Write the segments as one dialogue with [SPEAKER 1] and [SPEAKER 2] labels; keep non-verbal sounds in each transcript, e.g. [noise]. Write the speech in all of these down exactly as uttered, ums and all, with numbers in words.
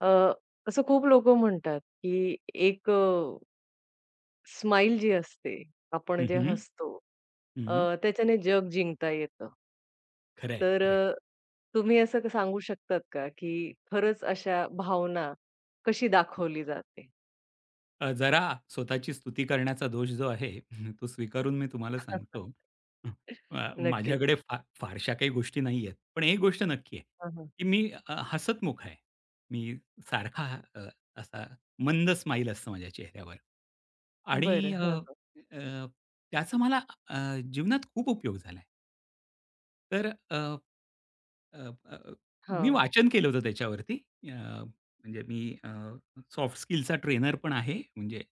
[SPEAKER 1] अ, असं खूप लोकं म्हणतात, की एक अ, स्माईल जी असते, आपण
[SPEAKER 2] हं,
[SPEAKER 1] जे
[SPEAKER 2] हं.
[SPEAKER 1] हसतो,
[SPEAKER 2] हं.
[SPEAKER 1] अ, त्याच्याने जग जिंकता येतं.
[SPEAKER 2] खरं
[SPEAKER 1] तर अ, तुम्ही असं क सांगू शकतात का, की खरंच अशा भावना कशी दाखवली जाते?
[SPEAKER 2] अ, जरा स्वतःची स्तुती करण्याचा दोष जो आहे [laughs] तो स्वीकारून मी तुम्हाला सांगतो.
[SPEAKER 1] [laughs]
[SPEAKER 2] अ,
[SPEAKER 1] नक्कीच.
[SPEAKER 2] माझ्याकडे फार फारशा काही गोष्टी नाही आहेत. पण एक गोष्ट नक्की आहे,
[SPEAKER 1] हां, हां.
[SPEAKER 2] की मी अ, हसतमुख आहे. मी सारखा अ, असा मंद स्माईल असतं माझ्या चेहऱ्यावर. आणि
[SPEAKER 1] बरं.
[SPEAKER 2] अ,
[SPEAKER 1] हां, हां.
[SPEAKER 2] अ, त्याचा मला अ, जीवनात खूप उपयोग झालाय. तर अ, अ, मी
[SPEAKER 1] हां.
[SPEAKER 2] वाचन केलं होतं त्याच्यावरती. अ, म्हणजे मी अ, सॉफ्ट स्किलचा ट्रेनर पण आहे. म्हणजे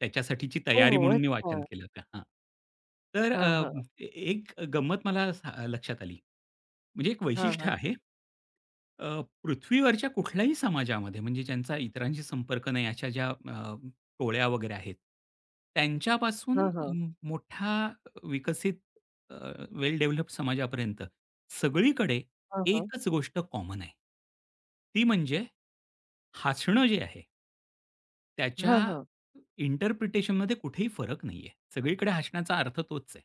[SPEAKER 2] त्याच्यासाठीची तयारी
[SPEAKER 1] ओह!
[SPEAKER 2] म्हणून मी
[SPEAKER 1] अच्छा.
[SPEAKER 2] वाचन केलं होतं. हां. तर
[SPEAKER 1] हां,
[SPEAKER 2] अ,
[SPEAKER 1] हां.
[SPEAKER 2] ए- एक गंमत मला सा लक्षात आली. म्हणजे एक
[SPEAKER 1] हां,
[SPEAKER 2] वैशिष्ट्य
[SPEAKER 1] हां.
[SPEAKER 2] आहे. अ, पृथ्वीवरच्या कुठल्याही समाजामध्ये म्हणजे ज्यांचा इतरांशी संपर्क नाही अशा ज्या अ, टोळ्या वगैरे आहेत, त्यांच्यापासून
[SPEAKER 1] हां, हां.
[SPEAKER 2] म मोठ्या विकसित अ, वेल डेव्हलप्ड समाजापर्यंत सगळीकडे
[SPEAKER 1] हां, हां.
[SPEAKER 2] एकच गोष्ट कॉमन आहे. ती म्हणजे हसणं जे आहे, त्याच्या
[SPEAKER 1] हां, हां.
[SPEAKER 2] इंटरप्रिटेशनमध्ये कुठेही फरक नाहीये. सगळीकडे हसण्याचा अर्थ तोच आहे.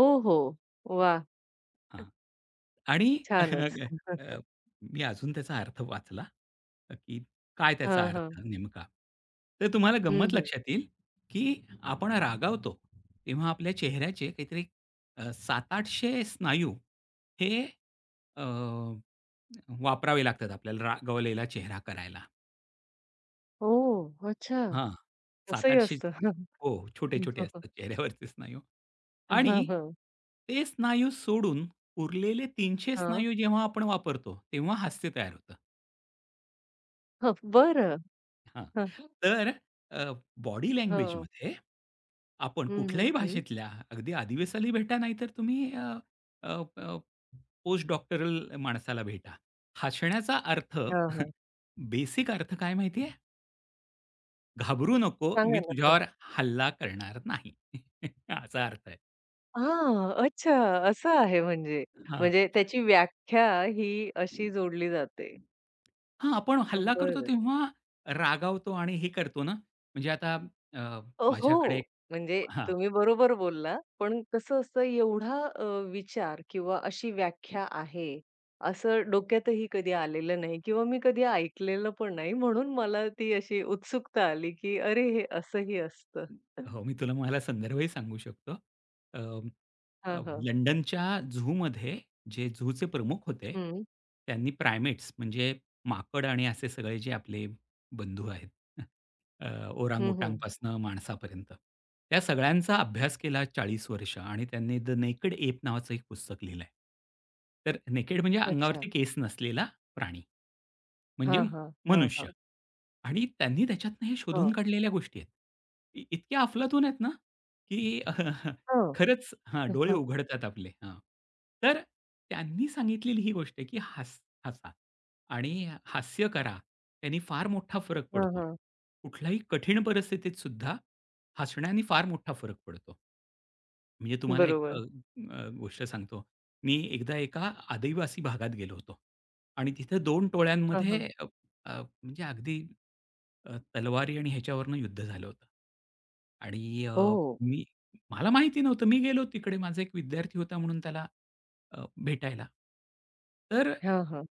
[SPEAKER 1] ओहो! वाह!
[SPEAKER 2] हां. आणि
[SPEAKER 1] छानच.
[SPEAKER 2] [laughs]
[SPEAKER 1] [laughs]
[SPEAKER 2] अ, मी अजून त्याचा अर्थ वाचला, अ, की काय त्याचा
[SPEAKER 1] हां, हां.
[SPEAKER 2] अर्थ नेमका? तर तुम्हाला
[SPEAKER 1] हं,
[SPEAKER 2] गंमत
[SPEAKER 1] हं.
[SPEAKER 2] लक्षात येईल, की आपण रागावतो तेव्हा आपल्या चेहऱ्याचे काहीतरी अ, सातशे-आठशे स्नायू हे अ, वापरावे लागतात आपल्याला रागावलेला चेहरा करायला.
[SPEAKER 1] ओह! अच्छा.
[SPEAKER 2] हां.
[SPEAKER 1] तसंही
[SPEAKER 2] सातशे-आठशे
[SPEAKER 1] असतं.
[SPEAKER 2] हो,
[SPEAKER 1] [laughs] हं,
[SPEAKER 2] छोटे-छोटे असतात चेहऱ्यावरचे स्नायू.
[SPEAKER 1] हं, हं. हां,
[SPEAKER 2] आणि
[SPEAKER 1] [laughs] हां.
[SPEAKER 2] ते स्नायू सोडून उरलेले तीनशे
[SPEAKER 1] हां.
[SPEAKER 2] स्नायू जेव्हा आपण वापरतो, तेव्हा हास्य तयार होतं.
[SPEAKER 1] हं, बरं.
[SPEAKER 2] हां.
[SPEAKER 1] हं,
[SPEAKER 2] तर अ, बॉडी
[SPEAKER 1] हं.
[SPEAKER 2] लँग्वेजमध्ये आपण
[SPEAKER 1] हं,
[SPEAKER 2] कुठल्याही
[SPEAKER 1] हं.
[SPEAKER 2] भाषेतल्या, अगदी आदिवासाला भेटा, नाहीतर तुम्ही अ, अ, अ, पोस्ट डॉक्टरल माणसाला भेटा. हसण्याचा अर्थ
[SPEAKER 1] हां,
[SPEAKER 2] [laughs]
[SPEAKER 1] हां.
[SPEAKER 2] बेसिक अर्थ काय माहिती आहे? घाबरू नको, मी
[SPEAKER 1] सांगा ना. हं.
[SPEAKER 2] तुझ्यावर हल्ला करणार नाही. [laughs] असा अर्थ आहे.
[SPEAKER 1] हां, अच्छा. असं आहे म्हणजे.
[SPEAKER 2] हां.
[SPEAKER 1] म्हणजे त्याची व्याख्या ही अशी जोडली जाते.
[SPEAKER 2] हां, आपण हल्ला करतो
[SPEAKER 1] बरं.
[SPEAKER 2] तेव्हा रागावतो आणि हे करतो ना, म्हणजे आता अ,
[SPEAKER 1] अ, हो.
[SPEAKER 2] माझ्याकडे
[SPEAKER 1] म्हणजे
[SPEAKER 2] हां,
[SPEAKER 1] तुम्ही बरोबर बोलला. पण कसं असतं एवढा अ, विचार किंवा अशी व्याख्या आहे, असं डोक्यातही कधी आलेलं नाही किंवा मी कधी ऐकलेलं पण नाही. म्हणून मला ती अशी उत्सुकता आली, की अरे हे असंही असतं.
[SPEAKER 2] हो, मी तुला मला संदर्भही सांगू शकतो. अं,
[SPEAKER 1] हां,
[SPEAKER 2] अ,
[SPEAKER 1] हां.
[SPEAKER 2] लंडनच्या झूमध्ये जे झूचे प्रमुख होते,
[SPEAKER 1] हं.
[SPEAKER 2] त्यांनी प्रायमेट्स म्हणजे माकड आणि असे सगळे जे आपले बंधू आहेत, [laughs] अ,
[SPEAKER 1] हं, हं.
[SPEAKER 2] ओरांगउटांगपासनं माणसापर्यंत, त्या सगळ्यांचा अभ्यास केला चाळीस वर्ष आणि त्यांनी द नेकेड एप नावाचं एक पुस्तक लिहिलंय. तर नेकेड म्हणजे
[SPEAKER 1] अच्छा.
[SPEAKER 2] अंगावरती केस नसलेला प्राणी. म्हणजे
[SPEAKER 1] हां,
[SPEAKER 2] म-
[SPEAKER 1] हां. हां, हां.
[SPEAKER 2] मनुष्य आणि त्यांनी त्याच्यातनं हे शोधून
[SPEAKER 1] हां.
[SPEAKER 2] काढलेल्या गोष्टी आहेत. इ इतक्या अफलातून आहेत ना, की [laughs]
[SPEAKER 1] हां.
[SPEAKER 2] खरंच हां, डोळे
[SPEAKER 1] हां,
[SPEAKER 2] उघडतात आपले. हां. तर त्यांनी सांगितलेली ही गोष्ट आहे, की हस हसा आणि हास्य करा. त्याने फार मोठा फरक
[SPEAKER 1] हां,
[SPEAKER 2] पडतो.
[SPEAKER 1] हां.
[SPEAKER 2] कुठल्याही कठीण परिस्थितीत सुद्धा हसण्याने फार मोठा फरक पडतो. म्हणजे तुम्हाला एक अ,
[SPEAKER 1] बरोबर.
[SPEAKER 2] अ, गोष्ट सांगतो. मी एकदा एका आदिवासी भागात गेलो होतो आणि तिथे दोन
[SPEAKER 1] हां, हां.
[SPEAKER 2] टोळ्यांमध्ये अ, अ, म्हणजे अगदी अ, तलवारी आणि ह्याच्यावरनं युद्ध झालं होतं. आणि अ,
[SPEAKER 1] हो.
[SPEAKER 2] मी मला माहिती नव्हतं. मी गेलो तिकडे माझा एक विद्यार्थी होता म्हणून त्याला अ, भेटायला. तर
[SPEAKER 1] हां, हां.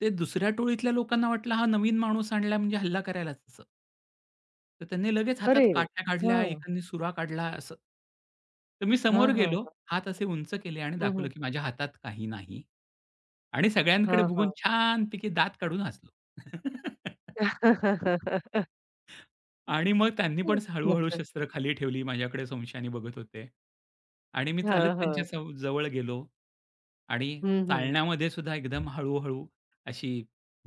[SPEAKER 2] ते दुसऱ्या टोळीतल्या लोकांना वाटलं हा नवीन माणूस आणला म्हणजे हल्ला करायलाच असं. तर त्यांनी लगेच हातात
[SPEAKER 1] अरे रे!
[SPEAKER 2] काठ्या काढल्या,
[SPEAKER 1] हां.
[SPEAKER 2] एकाने सुरा काढला असं. तर मी
[SPEAKER 1] हां,
[SPEAKER 2] समोर
[SPEAKER 1] हां.
[SPEAKER 2] गेलो, हात असे उंच केले आणि
[SPEAKER 1] हं,
[SPEAKER 2] दाखवलं,
[SPEAKER 1] हं.
[SPEAKER 2] की माझ्या हातात काही नाही आणि सगळ्यांकडे
[SPEAKER 1] हां,
[SPEAKER 2] बघून
[SPEAKER 1] हां.
[SPEAKER 2] छानपैकी दात काढून हसलो. [laughs]
[SPEAKER 1] [laughs]
[SPEAKER 2] आणि मग त्यांनी पण हळू-हळू शस्त्र खाली ठेवली. माझ्याकडे संशयाने बघत होते. आणि मी चालत
[SPEAKER 1] हां,
[SPEAKER 2] त्यांच्या
[SPEAKER 1] हां.
[SPEAKER 2] सव जवळ गेलो आणि
[SPEAKER 1] हं, हं.
[SPEAKER 2] चालण्यामध्ये सुद्धा एकदम हळू-हळू अशी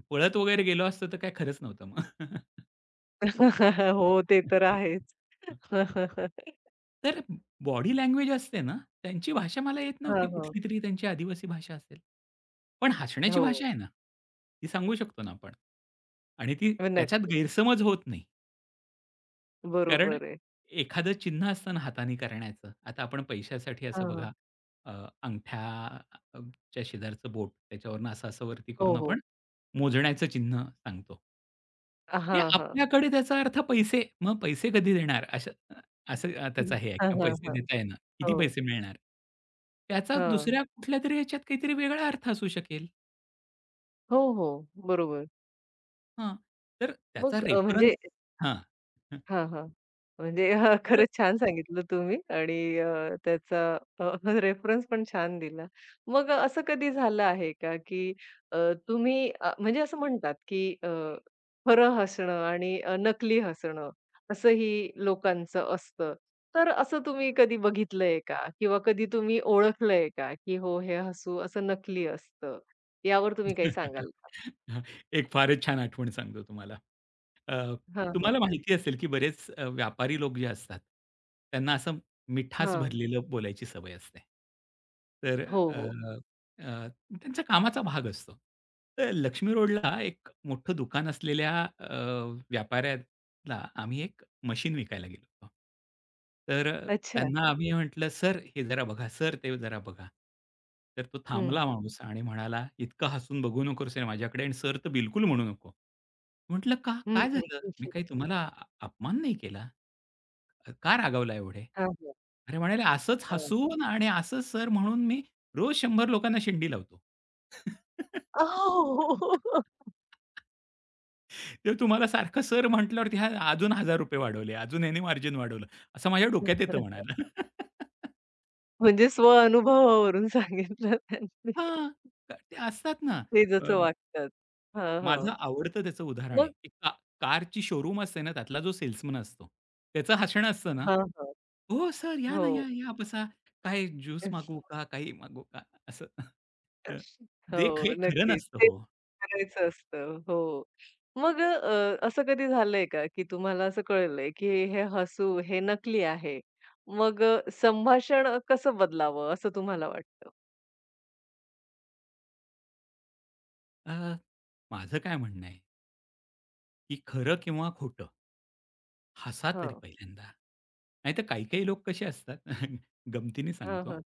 [SPEAKER 2] पळत वगैरे गेलो असतो तर काही खरंच नव्हतं मग.
[SPEAKER 1] [laughs] हो, ते तर
[SPEAKER 2] [laughs]
[SPEAKER 1] आहेच. [laughs]
[SPEAKER 2] तर बॉडी लँग्वेज असते ना, त्यांची भाषा मला येत
[SPEAKER 1] हां,
[SPEAKER 2] नव्हती.
[SPEAKER 1] हां.
[SPEAKER 2] कुठलीतरी त्यांची आदिवासी भाषा असेल. पण हसण्याची
[SPEAKER 1] हो,
[SPEAKER 2] भाषा आहे ना, ती सांगू शकतो ना आपण. आणि ती त्याच्यात
[SPEAKER 1] नक्कीच.
[SPEAKER 2] गैरसमज होत नाही. कारण
[SPEAKER 1] बरोबर आहे.
[SPEAKER 2] एखादं चिन्ह असतं ना हाताने करण्याचं. आता आपण पैशासाठी
[SPEAKER 1] हां,
[SPEAKER 2] असं
[SPEAKER 1] हां.
[SPEAKER 2] बघा अ, अंगठ्या अ, च्या शेजारचं बोट त्याच्यावरून असं-असं वरती करून
[SPEAKER 1] हो, हो.
[SPEAKER 2] आपण मोजण्याचं चिन्ह सांगतो. हे
[SPEAKER 1] हां, हां.
[SPEAKER 2] आपल्याकडे त्याचा अर्थ पैसे. मग पैसे कधी देणार? अशा असं अ, त्याचा हे आहे
[SPEAKER 1] हां,
[SPEAKER 2] किंवा
[SPEAKER 1] हां,
[SPEAKER 2] पैसे
[SPEAKER 1] हां.
[SPEAKER 2] देता येणार.
[SPEAKER 1] हो.
[SPEAKER 2] किती पैसे मिळणार? त्याचा
[SPEAKER 1] हां.
[SPEAKER 2] दुसऱ्या कुठल्यातरी ह्याच्यात काहीतरी वेगळा अर्थ असू शकेल.
[SPEAKER 1] हो, हो. बरोबर.
[SPEAKER 2] हां, तर त्याचा
[SPEAKER 1] मग अ,
[SPEAKER 2] रेफरन्स
[SPEAKER 1] म्हणजे
[SPEAKER 2] हां.
[SPEAKER 1] हां, हां. म्हणजे हां, [laughs]
[SPEAKER 2] तर
[SPEAKER 1] खरंच छान सांगितलं तुम्ही आणि अ, त्याचा अ, [laughs] रेफरन्स पण छान दिला. मग असं कधी झालं आहे का, की अ, तुम्ही अ, म्हणजे असं म्हणतात, की अ, खरं हसणं आणि अ, नकली हसणं असंही लोकांचं असतं. तर असं तुम्ही कधी बघितलंय का? किंवा कधी तुम्ही ओळखलंय का, की हो, हे हसू असं नकली असतं? यावर तुम्ही काही सांगाल
[SPEAKER 2] [laughs]
[SPEAKER 1] का?
[SPEAKER 2] एक फारच छान आठवण सांगतो तुम्हाला. अ,
[SPEAKER 1] हां, हां.
[SPEAKER 2] तुम्हाला माहिती असेल, की बरेच अ, व्यापारी लोक जे असतात, त्यांना असं मिठास
[SPEAKER 1] हां.
[SPEAKER 2] भरलेलं बोलायची सवय असते. तर
[SPEAKER 1] हो,
[SPEAKER 2] अ,
[SPEAKER 1] हो.
[SPEAKER 2] अ, त्यांचा कामाचा भाग असतो. तर लक्ष्मी रोडला एक मोठं दुकान असलेल्या अ, व्यापाऱ्याला आम्ही एक मशीन विकायला गेलो होतो. तर
[SPEAKER 1] अच्छा.
[SPEAKER 2] त्यांना आम्ही म्हटलं, "सर हे जरा बघा, सर ते जरा बघा." तर तो थांबला
[SPEAKER 1] हं.
[SPEAKER 2] माणूस आणि म्हणाला, "इतकं हसून बघू नकोस रे माझ्याकडे आणि सर तर बिलकुल म्हणू नको." म्हटलं, "का?
[SPEAKER 1] हं,
[SPEAKER 2] काय
[SPEAKER 1] हं.
[SPEAKER 2] झालं? मी काही तुम्हाला अ अपमान नाही केला? का रागावला एवढे?"
[SPEAKER 1] हां, हां,
[SPEAKER 2] अरे म्हणाले, "असंच
[SPEAKER 1] हां.
[SPEAKER 2] हसून आणि असंच सर म्हणून मी रोज शंभर लोकांना शेंडी लावतो." [laughs]
[SPEAKER 1] हो.
[SPEAKER 2] "ते तुम्हाला सारखं सर म्हटल्यावरती ह्या अजून ₹हजार रुपये वाढवले, अजून ह्याने मार्जिन वाढवलं." असं माझ्या डोक्यात येतं
[SPEAKER 1] [laughs]
[SPEAKER 2] म्हणाला. [laughs]
[SPEAKER 1] म्हणजे स्वअनुभवावरून सांगितलं त्यांनी.
[SPEAKER 2] हां, ते असतात ना
[SPEAKER 1] ते
[SPEAKER 2] अ
[SPEAKER 1] जसं वागतात. हां, हां.
[SPEAKER 2] माझं आवडतं त्याचं उदाहरण आहे,
[SPEAKER 1] मग
[SPEAKER 2] की का कारची शोरूम असते ना, त्यातला जो सेल्समन असतो, त्याचं हसणं असतं ना,
[SPEAKER 1] हां, हां.
[SPEAKER 2] "हो सर, या
[SPEAKER 1] हो.
[SPEAKER 2] ना, या, या, बसा. काय ज्यूस मागवू का? काही मागवू का?" असं. अ, ते ख
[SPEAKER 1] हो,
[SPEAKER 2] हे खरं
[SPEAKER 1] नक्कीच.
[SPEAKER 2] नसतं
[SPEAKER 1] तेच
[SPEAKER 2] हो.
[SPEAKER 1] करायचं असतं. हो. मग अ, असं कधी झालंय का, की तुम्हाला असं कळलंय, की हे हसू हे नकली आहे. मग अ, संभाषण कसं बदलावं असं तुम्हाला वाटतं?
[SPEAKER 2] अ, माझं काय म्हणणं आहे, की खरं किंवा खोटं हसा तरी
[SPEAKER 1] हां.
[SPEAKER 2] पहिल्यांदा. नाहीतर काही-काही लोक कसे असतात [laughs] गमतीने
[SPEAKER 1] हां,
[SPEAKER 2] सांगतो.
[SPEAKER 1] हां.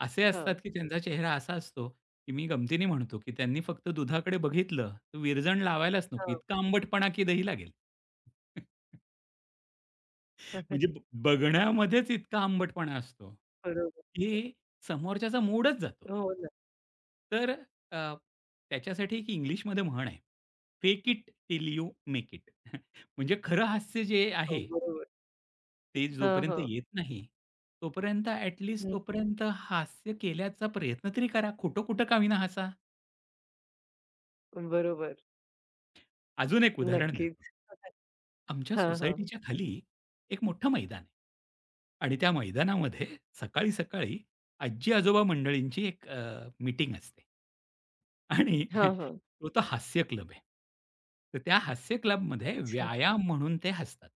[SPEAKER 2] असे असतात
[SPEAKER 1] हां,
[SPEAKER 2] की त्यांचा चेहरा असा असतो की मी गमतीने म्हणतो की त्यांनी फक्त दुधाकडे बघितलं तर विरजण लावायलाच नको.
[SPEAKER 1] हां.
[SPEAKER 2] इतका आंबटपणा की दही लागेल. [laughs]
[SPEAKER 1] [laughs]
[SPEAKER 2] म्हणजे ब बघण्यामध्येच इतका आंबटपणा असतो
[SPEAKER 1] बरोबर.
[SPEAKER 2] की समोरच्याचा मूडच जातो.
[SPEAKER 1] हो ना.
[SPEAKER 2] तर अ, त्याच्यासाठी एक इंग्लिशमध्ये म्हण आहे. Fake it till you make it. [laughs] म्हणजे खरं हास्य जे
[SPEAKER 1] हो,
[SPEAKER 2] आहे
[SPEAKER 1] बरोबर.
[SPEAKER 2] ते
[SPEAKER 1] हां,
[SPEAKER 2] जोपर्यंत
[SPEAKER 1] हां.
[SPEAKER 2] येत नाही, तोपर्यंत ॲट लीस्ट
[SPEAKER 1] हं.
[SPEAKER 2] तोपर्यंत हास्य केल्याचा प्रयत्न तरी करा. खोटं कुठं का होईना हसा.
[SPEAKER 1] बरोबर.
[SPEAKER 2] अजून एक उदाहरण देतो.
[SPEAKER 1] नक्कीच.
[SPEAKER 2] आमच्या
[SPEAKER 1] हां, हां.
[SPEAKER 2] सोसायटीच्या खाली एक मोठं मैदान आहे आणि त्या मैदानामध्ये सकाळी-सकाळी आजी-आजोबा मंडळींची एक मीटिंग असते. आणि
[SPEAKER 1] हां,
[SPEAKER 2] [laughs]
[SPEAKER 1] हां.
[SPEAKER 2] तो तर हास्य क्लब आहे. तर त्या हास्य क्लबमध्ये
[SPEAKER 1] अच्छा.
[SPEAKER 2] व्यायाम म्हणून ते हसतात.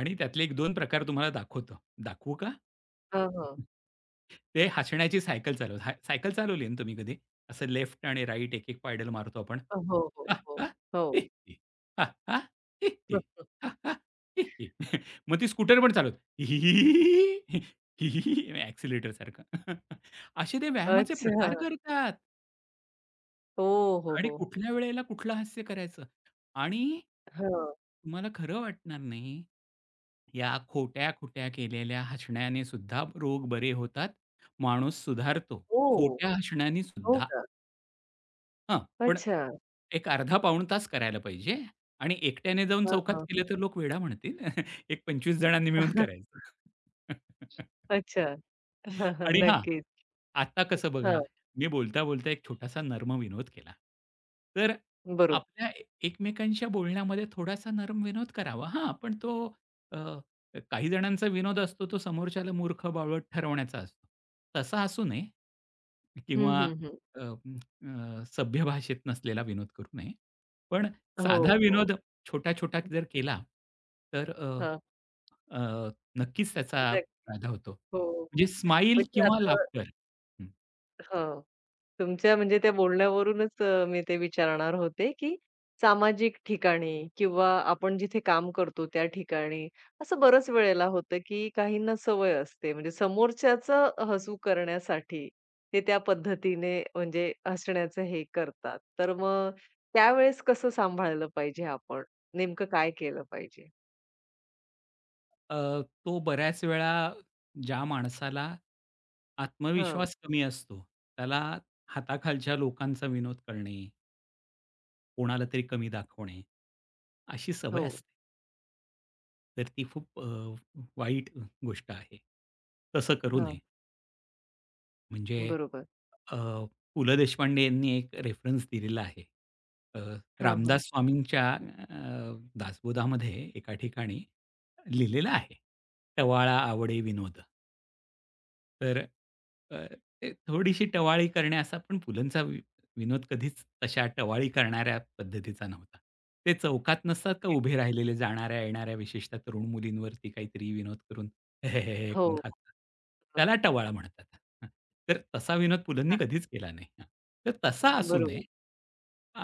[SPEAKER 2] आणि त्यातले एक दोन प्रकार तुम्हाला दाखवतो. दाखवू का?
[SPEAKER 1] हां, हां.
[SPEAKER 2] ते हसण्याची सायकल चालवत हाय सायकल चालवली आहे ना तुम्ही कधी? असं लेफ्ट आणि राइट एक-एक पायडल मारतो आपण.
[SPEAKER 1] हो, हो,
[SPEAKER 2] हां,
[SPEAKER 1] हो.
[SPEAKER 2] हां, हि,
[SPEAKER 1] हो.
[SPEAKER 2] हि. हां, हां, हि, हि. हां, हां, हि, हि. मग ती स्कूटर पण चालवत हि, हि, हि, हि, हि, हि, हि, सारखं. [laughs] असे ते व्यायामाचे
[SPEAKER 1] अच्छा.
[SPEAKER 2] प्रकार करतात
[SPEAKER 1] हो, हो,
[SPEAKER 2] आणि
[SPEAKER 1] हो.
[SPEAKER 2] कुठल्या वेळेला कुठलं हास्य करायचं आणि
[SPEAKER 1] हां.
[SPEAKER 2] तुम्हाला खरं वाटणार नाही या खोट्या-खोट्या केलेल्या हसण्याने सुद्धा रोग बरे होतात. माणूस सुधारतो.
[SPEAKER 1] ओह!
[SPEAKER 2] खोट्या हसण्याने
[SPEAKER 1] हो
[SPEAKER 2] सुद्धा.
[SPEAKER 1] का?
[SPEAKER 2] हां, पण
[SPEAKER 1] अच्छा.
[SPEAKER 2] एक अर्धा पाऊण तास करायला पाहिजे आणि एकट्याने जाऊन
[SPEAKER 1] हां,
[SPEAKER 2] चौकात
[SPEAKER 1] हां.
[SPEAKER 2] केलं तर लोक वेडा म्हणतील. [laughs] एक पंचवीस जणांनी मिळून
[SPEAKER 1] [laughs]
[SPEAKER 2] करायचं. [laughs]
[SPEAKER 1] अच्छा. हां, हां.
[SPEAKER 2] आणि हां,
[SPEAKER 1] नक्कीच.
[SPEAKER 2] आता कसं बघा,
[SPEAKER 1] हां.
[SPEAKER 2] मी बोलता-बोलता एक छोटासा नर्म विनोद केला. तर
[SPEAKER 1] बरोबर.
[SPEAKER 2] आपल्या ए- एकमेकांच्या बोलण्यामध्ये थोडासा नर्म विनोद करावा. हां, पण तो अ, काही जणांचा विनोद असतो, तो समोरच्याला मूर्ख, बावळट ठरवण्याचा असतो. तसा असू नये.
[SPEAKER 1] हं,
[SPEAKER 2] किंवा
[SPEAKER 1] हं, हं.
[SPEAKER 2] अ, म, अ, सभ्य भाषेत नसलेला विनोद करू नये. पण
[SPEAKER 1] हो,
[SPEAKER 2] साधा
[SPEAKER 1] हो.
[SPEAKER 2] विनोद छोटा-छोटा जर केला, तर अ,
[SPEAKER 1] हां.
[SPEAKER 2] अ, नक्कीच त्याचा
[SPEAKER 1] नक्कीच.
[SPEAKER 2] फायदा होतो.
[SPEAKER 1] हो.
[SPEAKER 2] म्हणजे स्माईल
[SPEAKER 1] म्हणजे
[SPEAKER 2] किंवा
[SPEAKER 1] आता
[SPEAKER 2] लाफ्टर
[SPEAKER 1] हो. तुमच्या म्हणजे त्या बोलण्यावरूनच अ, मी ते विचारणार होते, की सामाजिक ठिकाणी किंवा आपण जिथे काम करतो त्या ठिकाणी, असं बऱ्याच वेळेला होतं, की काहींना सवय असते म्हणजे समोरच्याचं हसू करण्यासाठी ते त्या पद्धतीने म्हणजे हसण्याचं हे करतात. तर मग त्यावेळेस कसं सांभाळलं पाहिजे आपण? नेमकं काय केलं पाहिजे?
[SPEAKER 2] अ, तो बऱ्याच वेळा ज्या माणसाला
[SPEAKER 1] हां.
[SPEAKER 2] आत्मविश्वास कमी असतो, त्याला हाताखालच्या लोकांचा विनोद करणे, कोणाला तरी कमी दाखवणे, अशी सवय
[SPEAKER 1] हो.
[SPEAKER 2] असते. तर ती खूप अ, वाईट गोष्ट आहे. तसं करू नये.
[SPEAKER 1] हां.
[SPEAKER 2] म्हणजे
[SPEAKER 1] बरोबर.
[SPEAKER 2] अ, पु. ल. देशपांडे यांनी एक रेफरन्स दिलेला आहे. अ,
[SPEAKER 1] हां, हां.
[SPEAKER 2] रामदास स्वामींच्या अ, दासबोधामध्ये एका ठिकाणी लिहिलेलं आहे. "टवाळा आवडे विनोद." तर अ, ते थोडीशी टवाळी करणे असा पण पुलंचा वि विनोद कधीच तशा टवाळी करणाऱ्या पद्धतीचा नव्हता. ते चौकात नसतात का उभे राहिलेले जाणाऱ्या-येणाऱ्या विशेषतः तरुण मुलींवरती काहीतरी विनोद करून "हे, हे, हे, हे"
[SPEAKER 1] हो.
[SPEAKER 2] करून हसतात.
[SPEAKER 1] हं.
[SPEAKER 2] त्याला टवाळा म्हणतात. [laughs] हं. तर तसा विनोद पुलंनी कधीच केला नाही. हां. तर तसा असू नये
[SPEAKER 1] बरोबर.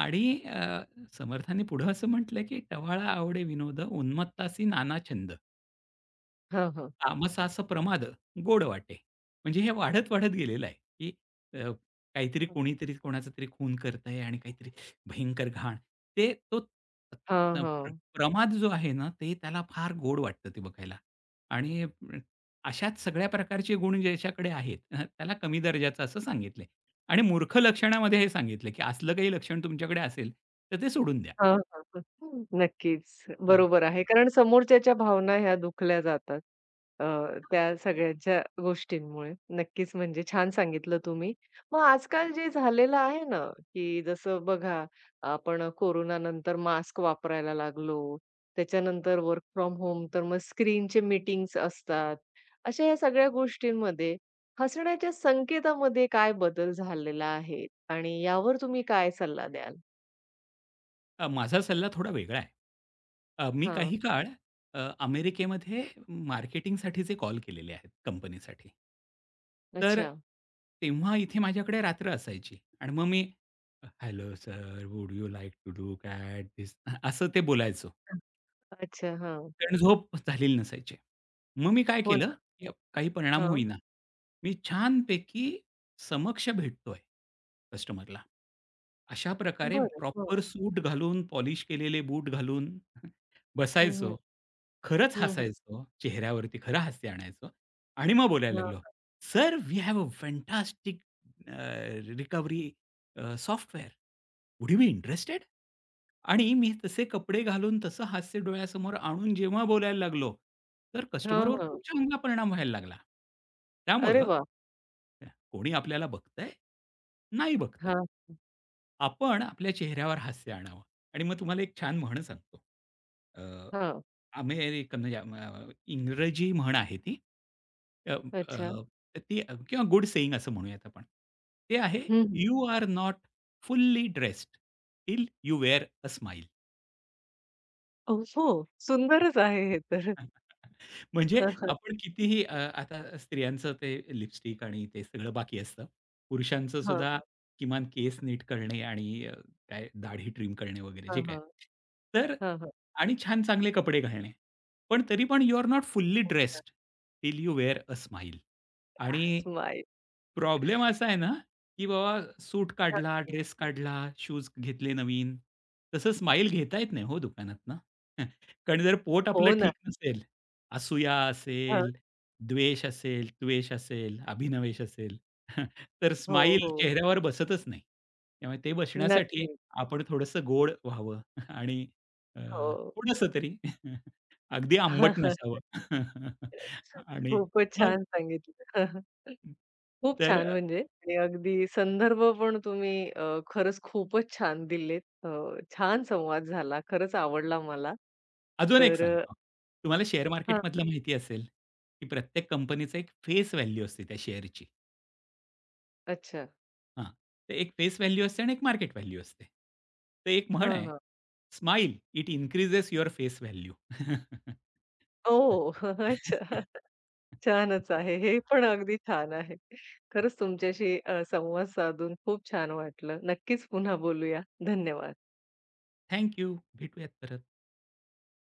[SPEAKER 2] आणि अ, समर्थांनी पुढं असं म्हटलं, की "टवाळा आवडे विनोद, उन्मत्तासी नाना छंद."
[SPEAKER 1] हां, हां.
[SPEAKER 2] तामसाचं प्रमाद गोड वाटे. म्हणजे हे वाढत-वाढत गेलेलं आहे, की अ, काहीतरी कोणीतरी कोणाचा तरी खून करत आहे आणि काहीतरी भयंकर घाण. ते तो
[SPEAKER 1] हां,
[SPEAKER 2] अ, प्र
[SPEAKER 1] हां.
[SPEAKER 2] प्रमाद जो आहे ना, ते त्याला फार गोड वाटतं ते बघायला. आणि अ, अशाच सगळ्या प्रकारचे गुण ज्याच्याकडे आहेत, अ, त्याला कमी दर्जाचं असं सांगितलंय. आणि मूर्ख लक्षणामध्ये हे सांगितलं, की असलं काही लक्षण तुमच्याकडे असेल, तर ते सोडून द्या.
[SPEAKER 1] हां, हां, हां. नक्कीच. बरोबर आहे. कारण समोरच्याच्या भावना ह्या दुखल्या जातात. अ, त्या सगळ्यांच्या गोष्टींमुळे. नक्कीच म्हणजे छान सांगितलं तुम्ही. मग आजकाल जे झालेलं आहे ना, की जसं बघा आपण कोरोनानंतर मास्क वापरायला लागलो. त्याच्यानंतर वर्क फ्रॉम होम तर मग स्क्रीनचे मीटिंग्स असतात. अशा या सगळ्या गोष्टींमध्ये हसण्याच्या संकेतामध्ये काय बदल झालेला आहे आणि यावर तुम्ही काय सल्ला द्याल?
[SPEAKER 2] अ, माझा सल्ला थोडा वेगळा आहे. अ, मी
[SPEAKER 1] हां.
[SPEAKER 2] काही काळ अ, अमेरिकेमध्ये मार्केटिंगसाठीचे कॉल केलेले आहेत कंपनीसाठी. तर
[SPEAKER 1] अच्छा.
[SPEAKER 2] तेव्हा इथे माझ्याकडे रात्र असायची आणि मग मी "hello sir, would you like to look at this?" असं ते बोलायचो.
[SPEAKER 1] अच्छा, हां.
[SPEAKER 2] कारण झोप झालेली नसायची. मग मी काय
[SPEAKER 1] हो
[SPEAKER 2] केलं,
[SPEAKER 1] ना.
[SPEAKER 2] की काही परिणाम
[SPEAKER 1] हां.
[SPEAKER 2] होईना. मी छानपैकी समक्ष भेटतोय कस्टमरला. अशा प्रकारे
[SPEAKER 1] बरं. हां.
[SPEAKER 2] प्रॉपर सूट घालून, पॉलिश केलेले बूट घालून [laughs]
[SPEAKER 1] हं, हं.
[SPEAKER 2] बसायचो. खरंच
[SPEAKER 1] हं, हं.
[SPEAKER 2] हसायचो. चेहऱ्यावरती खरं हास्य आणायचो आणि मग बोलायला लागलो,
[SPEAKER 1] हां.
[SPEAKER 2] "Sir, we have a fantastic uh, recovery uh, software. Would you be interested?" आणि मी तसे कपडे घालून, तसं हास्य डोळ्यासमोर आणून जेव्हा बोलायला लागलो, तर
[SPEAKER 1] हां,
[SPEAKER 2] कस्टमरवर
[SPEAKER 1] हां.
[SPEAKER 2] खूप चांगला परिणाम व्हायला लागला.
[SPEAKER 1] अरे
[SPEAKER 2] त्यामुळं
[SPEAKER 1] वाह!
[SPEAKER 2] कोणी आपल्याला बघतंय? नाही बघतंय.
[SPEAKER 1] हां,
[SPEAKER 2] आपण आपल्या चेहऱ्यावर हास्य आणावं आणि मग तुम्हाला एक छान म्हण सांगतो. अ,
[SPEAKER 1] हां.
[SPEAKER 2] अमेरिकन म्हणजे अम, अ, इंग्रजी म्हण आहे ती. अ, अ,
[SPEAKER 1] अच्छा.
[SPEAKER 2] ती अ, किंवा गुड सेइंग असं म्हणूयात आपण. ते आहे,
[SPEAKER 1] हं, हं.
[SPEAKER 2] "You are not fully dressed till you wear a smile."
[SPEAKER 1] अ, हो. सुंदरच
[SPEAKER 2] [laughs]
[SPEAKER 1] आहे हे तर.
[SPEAKER 2] हां. म्हणजे
[SPEAKER 1] हां, हां.
[SPEAKER 2] आपण कितीही अ, आता स्त्रियांचं ते लिपस्टिक आणि ते सगळं बाकी असतं. पुरुषांचं
[SPEAKER 1] हां,
[SPEAKER 2] सुद्धा किमान केस नीट करणे आणि अ, काय दाढी ट्रिम करणे वगैरे
[SPEAKER 1] हां,
[SPEAKER 2] जे काय.
[SPEAKER 1] हां.
[SPEAKER 2] तर
[SPEAKER 1] हां, हां.
[SPEAKER 2] आणि छान चांगले कपडे घालणे. पण तरी पण you are not fully dressed
[SPEAKER 1] [unintelligible]
[SPEAKER 2] till you wear a smile. आणि
[SPEAKER 1] स्माईल.
[SPEAKER 2] प्रॉब्लेम असा आहे ना, की बाबा सूट
[SPEAKER 1] हां,
[SPEAKER 2] काढला,
[SPEAKER 1] हां.
[SPEAKER 2] ड्रेस काढला, शूज घेतले नवीन. तसं स्माईल घेता येत नाही हो दुकानातनं. कारण जर पोट आपलं
[SPEAKER 1] हो ना.
[SPEAKER 2] ठीक नसेल, असूया
[SPEAKER 1] हां.
[SPEAKER 2] असेल, द्वेष असेल, त्वेष असेल, अभिनवेश असेल, [laughs] तर
[SPEAKER 1] हो,
[SPEAKER 2] स्माईल
[SPEAKER 1] हो.
[SPEAKER 2] चेहऱ्यावर बसतच नाही. त्यामुळे ते बसण्यासाठी
[SPEAKER 1] नक्कीच.
[SPEAKER 2] आपण थोडंसं गोड व्हावं [laughs] आणि अ,
[SPEAKER 1] हो.
[SPEAKER 2] थोडंसं तरी [laughs] अगदी आंबट नसावं.
[SPEAKER 1] [laughs]
[SPEAKER 2] [laughs] आणि
[SPEAKER 1] खूपच
[SPEAKER 2] मग
[SPEAKER 1] छान सांगितलं. [laughs] खूप
[SPEAKER 2] तर
[SPEAKER 1] छान म्हणजे आणि अगदी संदर्भ पण तुम्ही अ, खरंच खूपच छान दिलेत. अ, छान संवाद झाला. खरंच आवडला मला.
[SPEAKER 2] अजून एक
[SPEAKER 1] तर अ,
[SPEAKER 2] सांगतो. तुम्हाला शेअर
[SPEAKER 1] हां.
[SPEAKER 2] मार्केटमधलं माहिती असेल, की प्रत्येक कंपनीचा एक फेस व्हॅल्यू असते त्या शेअरची.
[SPEAKER 1] अच्छा.
[SPEAKER 2] हां. तर एक फेस व्हॅल्यू असते आणि एक मार्केट व्हॅल्यू असते. तर एक म्हण
[SPEAKER 1] हां,
[SPEAKER 2] आहे,
[SPEAKER 1] हां.
[SPEAKER 2] "Smile it increases your face value."
[SPEAKER 1] Oh! [laughs]
[SPEAKER 2] [laughs]
[SPEAKER 1] अच्छा. छानच आहे. हे पण अगदी छान आहे. खरंच तुमच्याशी अ, संवाद साधून खूप छान वाटलं. नक्कीच पुन्हा बोलूया. धन्यवाद.
[SPEAKER 2] Thank you. भेटूयात परत.